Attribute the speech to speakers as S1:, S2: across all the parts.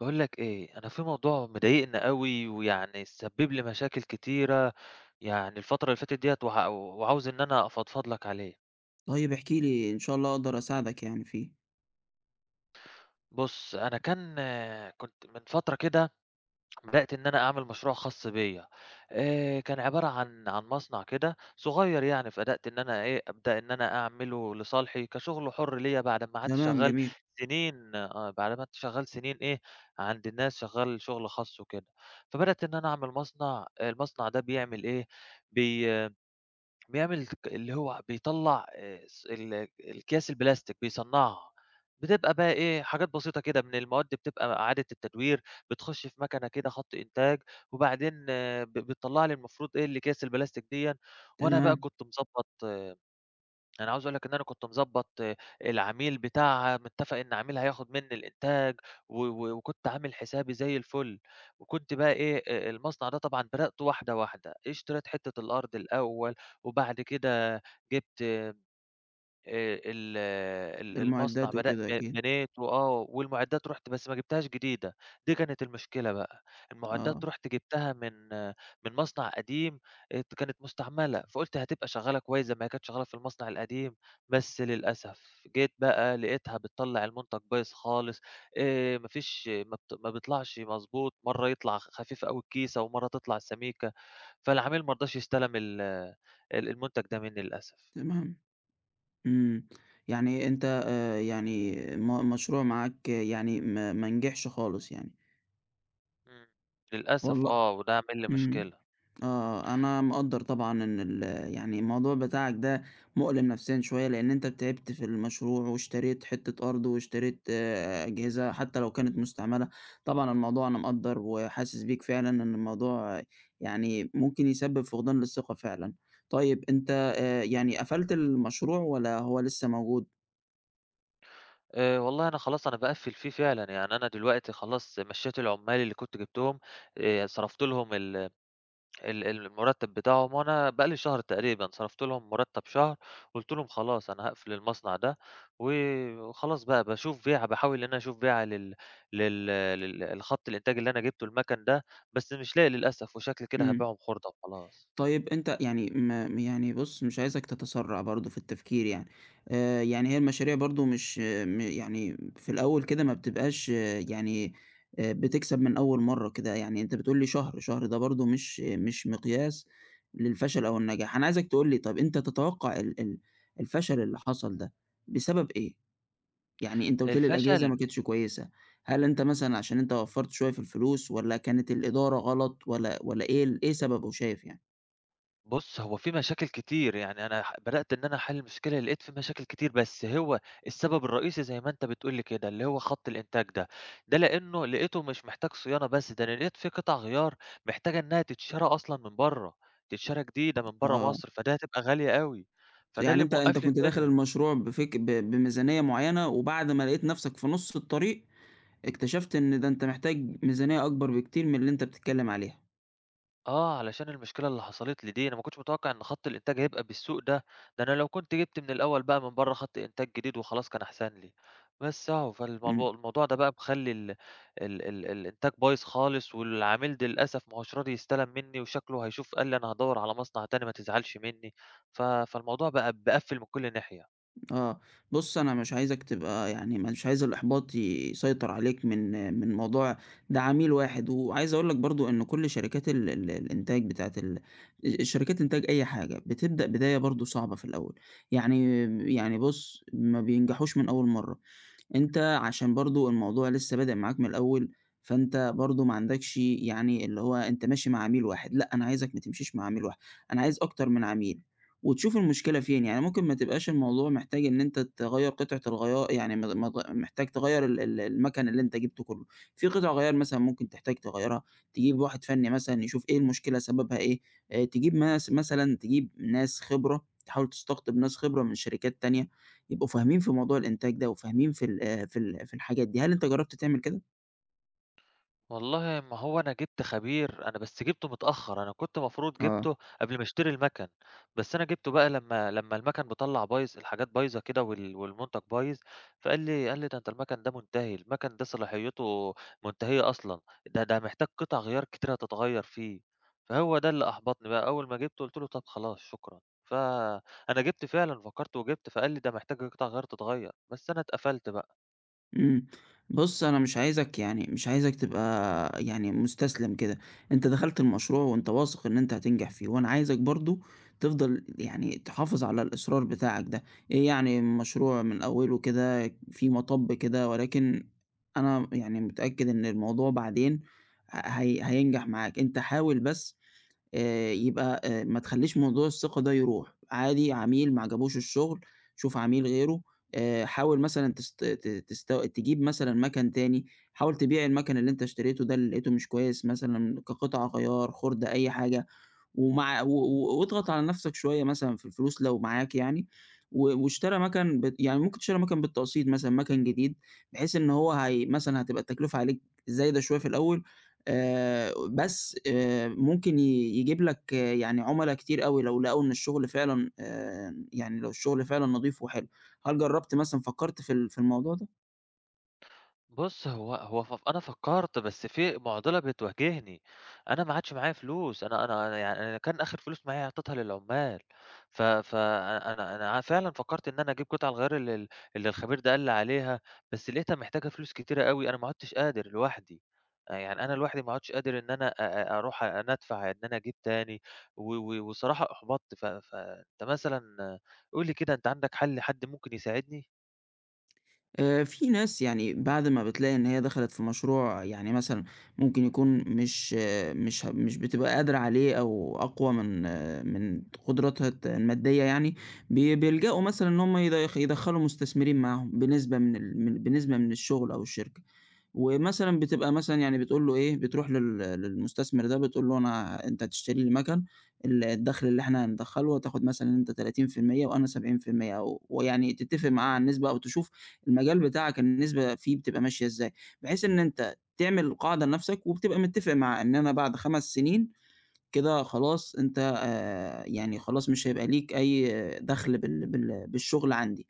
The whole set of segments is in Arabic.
S1: باقول لك إيه، أنا في موضوع مضايقني أوي، ويعني سبِّب لي مشاكل كتيرة يعني الفترة اللي فاتت ديّة، وعاوز إن أنا أفضفض لك عليه.
S2: طيب احكِ لي، إن شاء الله أقدر أساعدك يعني فيه.
S1: بُص، أنا كان كنت من فترة كده بدأت إن أنا أعمل مشروع خاص بيّا. كان عبارة عن مصنع كده صغير يعني، فبدأت إن أنا أبدأ إن أنا أعمله لصالحي كشغل حُر ليّا بعد أمّا قعدت
S2: تمام
S1: شغّال
S2: جميل،
S1: سنين بعد ما قعدت شغّال سنين عند الناس شغّال شغل خاص وكده. فبدأت إن أنا أعمل مصنع، المصنع ده بيعمل بي بيعمل اللي هو بيطلّع س ال الأكياس البلاستيك بيصنّعها، بتبقى بقى حاجات بسيطة كده من المواد بتبقى إعادة التدوير، بتخش في مكنة كده خط إنتاج، وبعدين بتطلّع لي المفروض إيه الأكياس البلاستيك ديًا. وأنا بقى
S2: تمام،
S1: كنت مضبّط أنا عاوز أقول لك إن أنا كنت مضبّط العميل بتاعها، متّفق إن عميلها هياخد منّي الإنتاج، و و وكنت عامل حسابي زي الفُل، وكنت بقى المصنع ده طبعًا بدأته واحدة، واحدة، اشتريت حتّة الأرض الأول وبعد كده جِبت ال ال المصنع
S2: المعدات
S1: بدأ
S2: وكده أكيد،
S1: بنيته والمُعدّات رُحت بس ما جِبتهاش جديدة. دي كانت المشكلة بقى،
S2: آه،
S1: المُعدّات رُحت جِبتها من من مصنع قديم، كانت مستعملة، فقُلت هتبقى شغّالة كويس زي ما هي كانت شغّالة في المصنع القديم، بس للأسف جيت بقى لقيتها بتطلّع المنتج بايظ خالص. ما فيش ما بت ما بيطلعش مضبوط، مرّة يطلع خفيف أوي الكيسة ومرّة تطلع سميكة، فالعميل ما رضاش يستلم ال ال المنتج ده منّي للأسف.
S2: تمام، إمم، يعني أنت يعني مشروع معاك يعني ما نجحش خالص يعني،
S1: إمم، للأسف
S2: والل
S1: وده عامل لي
S2: إمم.
S1: مشكلة.
S2: آه، أنا مقدّر طبعًا إن يعني الموضوع بتاعك ده مؤلم نفسيًا شوية، لإن أنت تعبت في المشروع واشتريت حتّة أرض واشتريت أجهزة حتّى لو كانت مستعملة، طبعًا الموضوع أنا مقدّر وحاسس بيك فعلًا إن الموضوع يعني ممكن يسبب فقدان للثقة فعلًا. طيب أنت يعني قفلت المشروع والّا هو لسه موجود؟
S1: والله أنا خلاص أنا باقفّل فيه فعلًا، يعني أنا دلوقتي خلاص مشّيت العُمّال اللي كنت جِبتهم. صرفت لهم ال ال المُرتّب بتاعهم، وأنا بقى لي شهر تقريبًا، صرفت لهم مُرتّب شهر، قُلت لهم خلاص أنا هاقفل المصنع ده، و وخلاص بقى باشوف بيعة، باحاول إن أنا أشوف بيعة لل لل لل لخَط الإنتاج اللي أنا جِبته، المَكَن ده، بس مش لاقي للأسف وشكلي كده
S2: إمم.
S1: هابيعهم خُردة وخلاص.
S2: طيب أنت يعني ما يعني بُص مش عايزك تتسرّع برضه في التفكير يعني، يعني هي المشاريع برضه مش يعني في الأول كده ما بتبقاش يعني بتكسب من أول مرّة كده، يعني أنت بتقول لي شهر، شهر ده برضه مش مقياس للفشل أو النجاح، أنا عايزك تقول لي طَب أنت تتوقع ال ال الفشل اللي حصل ده بسبب إيه؟ يعني أنت قُلت لي الأجهزة
S1: الفشل
S2: ما كانتش كويسة، هل أنت مثلًا عشان أنت وفّرت شوية في الفلوس والّا كانت الإدارة غلط والّا إيه إيه سببه شايف يعني؟
S1: بُص، هو في مشاكل كتير، يعني أنا بدأت إن أنا أحل المشكلة، اللي لقيت في مشاكل كتير، بس هو السبب الرئيسي زي ما أنت بتقول لي كده، اللي هو خط الإنتاج ده، ده لإنه لقيته مش محتاج صيانة بس، ده أنا لقيت في قطع غيار محتاجة إنها تتشرى أصلًا من برّه، تتشرى جديدة من برّه
S2: آه.
S1: مصر، فدي هتبقى غالية أوي، فده
S2: يعني
S1: اللي
S2: أنت
S1: موقّف لي
S2: كنت داخل
S1: الدنيا.
S2: المشروع بفك ب بميزانية معيّنة، وبعد ما لقيت نَفْسك في نُص الطريق، اكتشفت إن ده أنت محتاج ميزانية أكبر بكتير من اللي أنت بتتكلّم عليها.
S1: آه، علشان المشكلة اللي حصلت لي دي، أنا ما كنتش متوقع إن خط الإنتاج هيبقى بالسوء ده، ده أنا لو كنت جِبت من الأول بقى من برّه خط إنتاج جديد وخلاص كان أحسن لي، بس أهو
S2: إمم،
S1: فالموضوع ده بقى مخلّي ال ال ال الإنتاج بايظ خالص، والعميل ده للأسف ما هوش راضي يستلم منّي، وشكله هيشوف قال لي أنا هادوّر على مصنع تاني ما تزعلش منّي، فالموضوع بقى باقفّل من كل ناحية.
S2: آه. بُص أنا مش عايزك تبقى يعني مش عايز الإحباط يسيطر عليك من موضوع ده عميل واحد، وعايز أقول لك برضه إن كل شركات ال الإنتاج بتاعة ال شركات إنتاج أي حاجة، بتبدأ بداية برضه صعبة في الأول، يعني يعني بُص ما بينجحوش من أول مرّة. أنت عشان برضه الموضوع لسه بادئ معاك من الأول، فأنت برضه ما عندكش يعني اللي هو أنت ماشي مع عميل واحد، لأ، أنا عايزك ما تمشيش مع عميل واحد، أنا عايز أكتر من عميل، وتشوف المشكلة فين، يعني ممكن ما تبقاش الموضوع محتاج إن أنت تغيّر قطعة الغيار يعني ما محتاج تغيّر ال المَكَن اللي أنت جِبته كلّه، في قطع غيار مثلًا ممكن تحتاج تغيّرها، تجيب واحد فَنّي مثلًا يشوف إيه المشكلة سببها إيه، تجيب ناس مثلًا تجيب ناس خبرة، تحاول تستقطب ناس خبرة من شركات تانية. يبقوا فاهمين في موضوع الإنتاج ده وفاهمين في الحاجات دي، هل أنت جرّبت تعمل كده؟
S1: والله ما هو أنا جِبت خبير، أنا بس جِبته متأخّر، أنا كنت المفروض
S2: آه،
S1: جِبته قبل ما أشتري المَكَن، بس أنا جِبته بقى لمّا المَكَن بيطلّع بايظ الحاجات بايظة كده والمنتج بايظ، فقال لي: "ده أنت المَكَن ده منتهي، المَكَن ده صلاحيته منتهية أصلًا، ده محتاج قطع غيار كتير هتتغيّر فيه." فهو ده اللي أحبطني بقى، أول ما جِبته قُلت له: "طَب خلاص شكرًا." فأنا جِبت فعلًا، فكّرت وجِبت، فقال لي: "ده محتاج قطع غيار تتغيّر." بس أنا اتقفلت بقى.
S2: إمم، بُص أنا مش عايزك يعني مش عايزك تبقى يعني مستسلم كده، أنت دخلت المشروع وأنت واثق إن أنت هتنجح فيه، وأنا عايزك برضه تفضل يعني تحافظ على الإصرار بتاعك ده، إيه يعني مشروع من أوله كده في مطب كده، ولكن أنا يعني متأكد إن الموضوع بعدين ه هي هينجح معاك، أنت حاول بس يبقى ما تخلّيش موضوع الثقة ده يروح، عادي عميل ما عجبوش الشغل، شوف عميل غيره، حاول مثلًا تست ت تستو تجيب مثلًا مَكَن تاني، حاول تبيع المَكَن اللي أنت اشتريته ده اللي لقيته مش كويس مثلًا كقطع غيار، خُردة، أي حاجة. ومع و و واضغط على نَفْسك شوية مثلًا في الفلوس لو معاك يعني، واشترى مَكَن يعني ممكن تشتري مَكَن بالتقسيط مثلًا، مَكَن جديد، بحيث إن هي مثلًا هتبقى التكلفة عليك زايدة شوية في الأول، بس ممكن يجيب لك يعني عُملا كتير أوي لو لقوا إن الشغل فعلًا يعني لو الشغل فعلًا نضيف وحلو. هل جرّبت مثلًا فكّرت في في الموضوع ده؟
S1: بُص، هو أنا فكّرت، بس في مُعضلة بتواجهني، أنا ما عادش معايا فلوس، أنا يعني أنا كان آخر فلوس معايا أعطيتها للعمّال، ف ف أ أنا أنا فعلًا فكّرت إن أنا أجيب قطع الغيار اللي الخبير ده قال لي عليها، بس لقيتها محتاجة فلوس كتيرة أوي، أنا ما عُدتش قادر لوحدي. يعني أنا لوحدي ما عُدتش قادر إن أنا أ أ أروح أنا أدفع إن أنا أجيب تاني، و و وصراحة أُحبطت، فأنت مثلًا قُل لي كده، أنت عندك حل، حد ممكن يساعدني؟
S2: في ناس يعني بعد ما بتلاقي إن هي دخلت في مشروع يعني مثلًا ممكن يكون مش آه، مش ه مش بتبقى قادرة عليه أو أقوى من من قدراتها المادية يعني، بيلجأوا مثلًا إن هم يدخّلوا مستثمرين معاهم بنسبة من الشغل أو الشركة. ومثلًا بتبقى مثلًا يعني بتقول له إيه، بتروح للمستثمر ده بتقول له أنت هتشتري لي مَكَن، ال الدخل اللي إحنا هندخّله هتاخد مثلًا أنت 30% وأنا 70% ويعني تتّفق معاه على النسبة أو تشوف المجال بتاعك النسبة فيه بتبقى ماشية إزاي، بحيث إن أنت تعمل قاعدة لنَفْسك وبتبقى متّفق معاه إن أنا بعد 5 سنين كده خلاص أنت يعني خلاص مش هيبقى ليك أي دخل بالشغل عندي،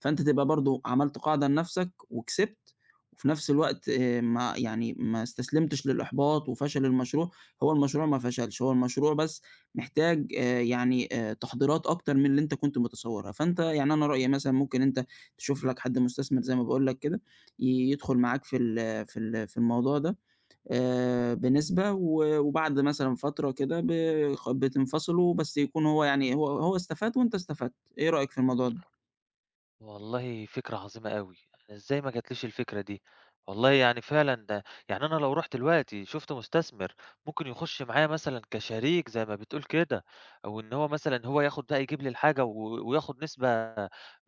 S2: فأنت تبقى برضه عملت قاعدة لنفْسك وكسبت، وفي نفْس الوقت ما يعني ما استسلمتش للإحباط وفشل المشروع، هو المشروع ما فشلش، هو المشروع بس محتاج يعني تحضيرات أكتر من اللي أنت كنت متصوّرها، فأنت يعني أنا رأيي مثلًا ممكن أنت تشوف لك حد مستثمر زي ما باقول لك كده، ي يدخل معاك في الموضوع ده بنسبة وبعد مثلًا فترة كده ب خ بتنفصلوا بس يكون هو يعني هو استفاد وأنت استفدت، إيه رأيك في الموضوع ده؟
S1: والله فكرة عظيمة أوي، أنا إزاي ما جاتليش الفكرة دي؟ والله يعني فعلًا ده يعني أنا لو رُحت دلوقتي شُفت مستثمر ممكن يخش معايا مثلًا كشريك زي ما بتقول كده، أو إن هو مثلًا هو ياخد بقى يجيب لي الحاجة، و وياخد نسبة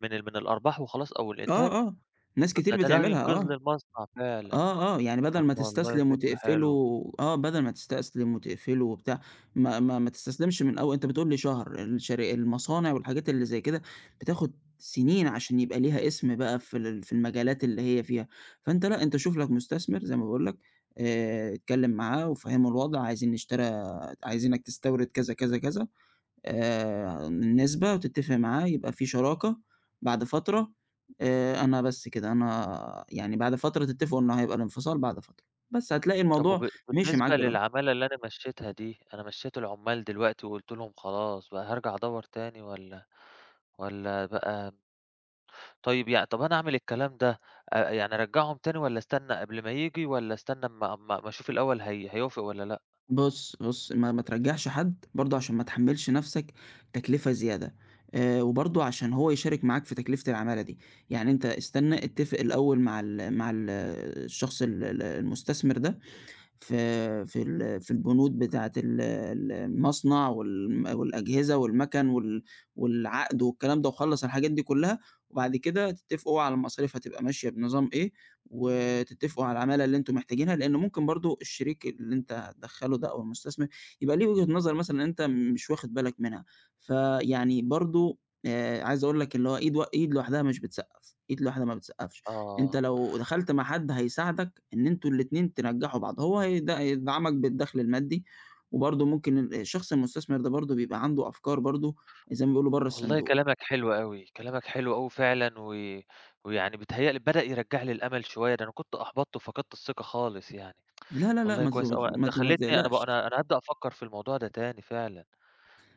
S1: من الأرباح وخلاص أو الإنتاج،
S2: آه، آه، ناس
S1: طب
S2: كتير
S1: ده
S2: بتعملها،
S1: هينقذ لي
S2: آه.
S1: المصنع فعلًا،
S2: آه، آه، يعني بدل
S1: طب
S2: ما
S1: والله
S2: تستسلم
S1: فكرة
S2: وتقفله،
S1: حلوة.
S2: آه، بدل ما تستسلم وتقفله وبتاع، ما تستسلمش من أول. أنت بتقول لي شهر، المصانع والحاجات اللي زي كده بتاخد سنين عشان يبقى ليها اسم بقى في المجالات اللي هي فيها، فأنت لأ، أنت شوف لك مستثمر زي ما باقول لك، اتكلم معاه وفهّمه الوضع، عايزين نشتري، عايزينك تستورد كذا، كذا، كذا، النسبة وتتفق معاه، يبقى في شراكة بعد فترة. أنا بس كده، أنا يعني بعد فترة تتفقوا إنه هيبقى الانفصال بعد فترة، بس هتلاقي
S1: طب
S2: الموضوع
S1: وب
S2: مشي معاك
S1: بالنسبة
S2: بالراحة.
S1: للعمالة اللي أنا مشيتها دي، أنا مشيت العمال دلوقتي وقُلت لهم خلاص بقى هارجع أدوّر تاني والّا بقى، طيب يع طب أنا أعمل الكلام ده، يعني أرجّعهم تاني والّا أستنى قبل ما ييجي والّا أستنى أمّا أشوف الأول هيوافق والّا لأ؟
S2: بُص ما ترجّعش حد برضه عشان ما تحمّلش نَفْسك تكلفة زيادة، وبرضه عشان هو يشارك معاك في تكلفة العمالة دي، يعني أنت استنى اتفق الأول مع ال مع ال الشخص ال ال المستثمر ده في البنود بتاعة ال ال المصنع والأجهزة والمَكَن والعقد والكلام ده، وخلّص الحاجات دي كلّها، وبعد كده تتفقوا على المصاريف هتبقى ماشية بنظام إيه، وتتفقوا على العمالة اللي أنتم محتاجينها، لإن ممكن برضه الشريك اللي أنت هتدخّله ده أو المستثمر يبقى ليه وجهة نظر مثلًا أنت مش واخد بالك منها، فيعني برضه عايز أقول لك اللي هو إيد و إيد لوحدها مش بتسقّف، إيد لوحدها ما بتسقّفش، أنت
S1: آه.
S2: لو دخلت مع حد هيساعدك إن أنتم الاتنين تنجّحوا بعض، هو هيدعمك بالدَخْل المادي، وبرضه ممكن ال الشخص المستثمر ده برضه بيبقى عنده أفكار برضه زي ما بيقولوا برّه
S1: والله
S2: الصندوق.
S1: كلامك حلو أوي، كلامك حلو أوي فعلًا، و ويعني بيتهيأ لي بدأ يرجّع لي الأمل شوية، ده أنا كنت أحبطت وفقدت الثقة خالص يعني.
S2: لا، لا، لأ،
S1: والله كويس أوي، أنت
S2: ما
S1: خلّيتني أنا ب
S2: تقلقش.
S1: أنا أنا هابدأ أفكّر في الموضوع ده تاني فعلًا.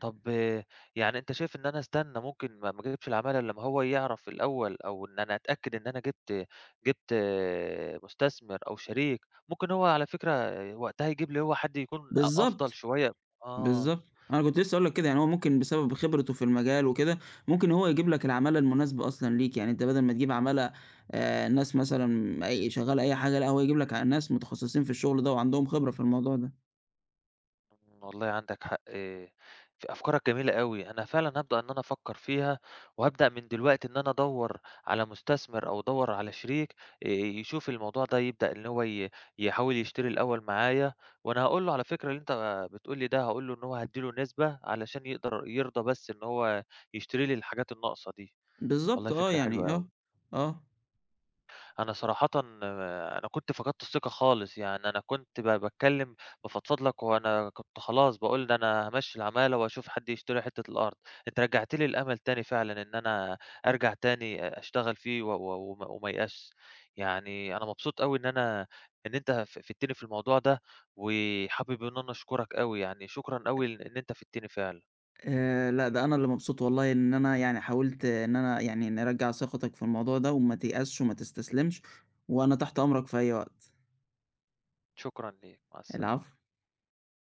S1: طب يعني أنت شايف إن أنا أستنى ممكن ما أجيبش العمالة إلّا لمّا هو يعرف الأول، أو إن أنا أتأكد إن أنا جِبت مستثمر أو شريك، ممكن هو على فكرة وقتها يجيب لي هو حد يكون أفضل
S2: بالضبط،
S1: شوية. آه.
S2: بالضبط. أنا كنت لسه هاقول لك كده، يعني هو ممكن بسبب خبرته في المجال وكده، ممكن هو يجيب لك العمالة المناسبة أصلًا ليك، يعني أنت بدل ما تجيب عمالة، ناس مثلًا أي شغّالة أي حاجة، لأ، هو يجيب لك ناس متخصصين في الشغل ده وعندهم خبرة في الموضوع ده.
S1: والله عندك حق، أفكارك جميلة أوي، أنا فعلًا هابدأ إن أنا أفكّر فيها، وهابدأ من دلوقتي إن أنا أدوّر على مستثمر أو أدوّر على شريك، يشوف الموضوع ده يبدأ إن هو يحاول يشتري الأول معايا، وأنا هاقول له على فكرة اللي أنت بتقول لي ده، هاقول له إن هو هادّي له نسبة علشان يقدر يرضى بس إن هو يشتري لي الحاجات الناقصة دي، والله
S2: بالضبط آه،
S1: فكرة
S2: يعني
S1: حلوة أوي.
S2: آه، آه.
S1: أنا صراحةً أنا كنت فقدت الثقة خالص، يعني أنا كنت باتكلّم بافضفض لك، وأنا كنت خلاص باقول ده أنا هامشّي العمالة وهاشوف حد يشتري حتّة الأرض، أنت رجّعت لي الأمل تاني فعلًا، إن أنا أرجع تاني أشتغل فيه، و و وما وما أيأسش، يعني أنا مبسوط أوي إن أنت فِدتني في الموضوع ده، وحابب إن أنا أشكرك أوي، يعني شكرًا أوي إن أنت فِدتني فعلًا،
S2: لأ، ده أنا اللي مبسوط والله، إن أنا يعني حاولت إن أنا يعني نرجّع ثقتك في الموضوع ده، وما تيأسش وما تستسلمش، وأنا تحت أمرك في أي وقت.
S1: شكرًا ليك، مع السلامة.
S2: العفو.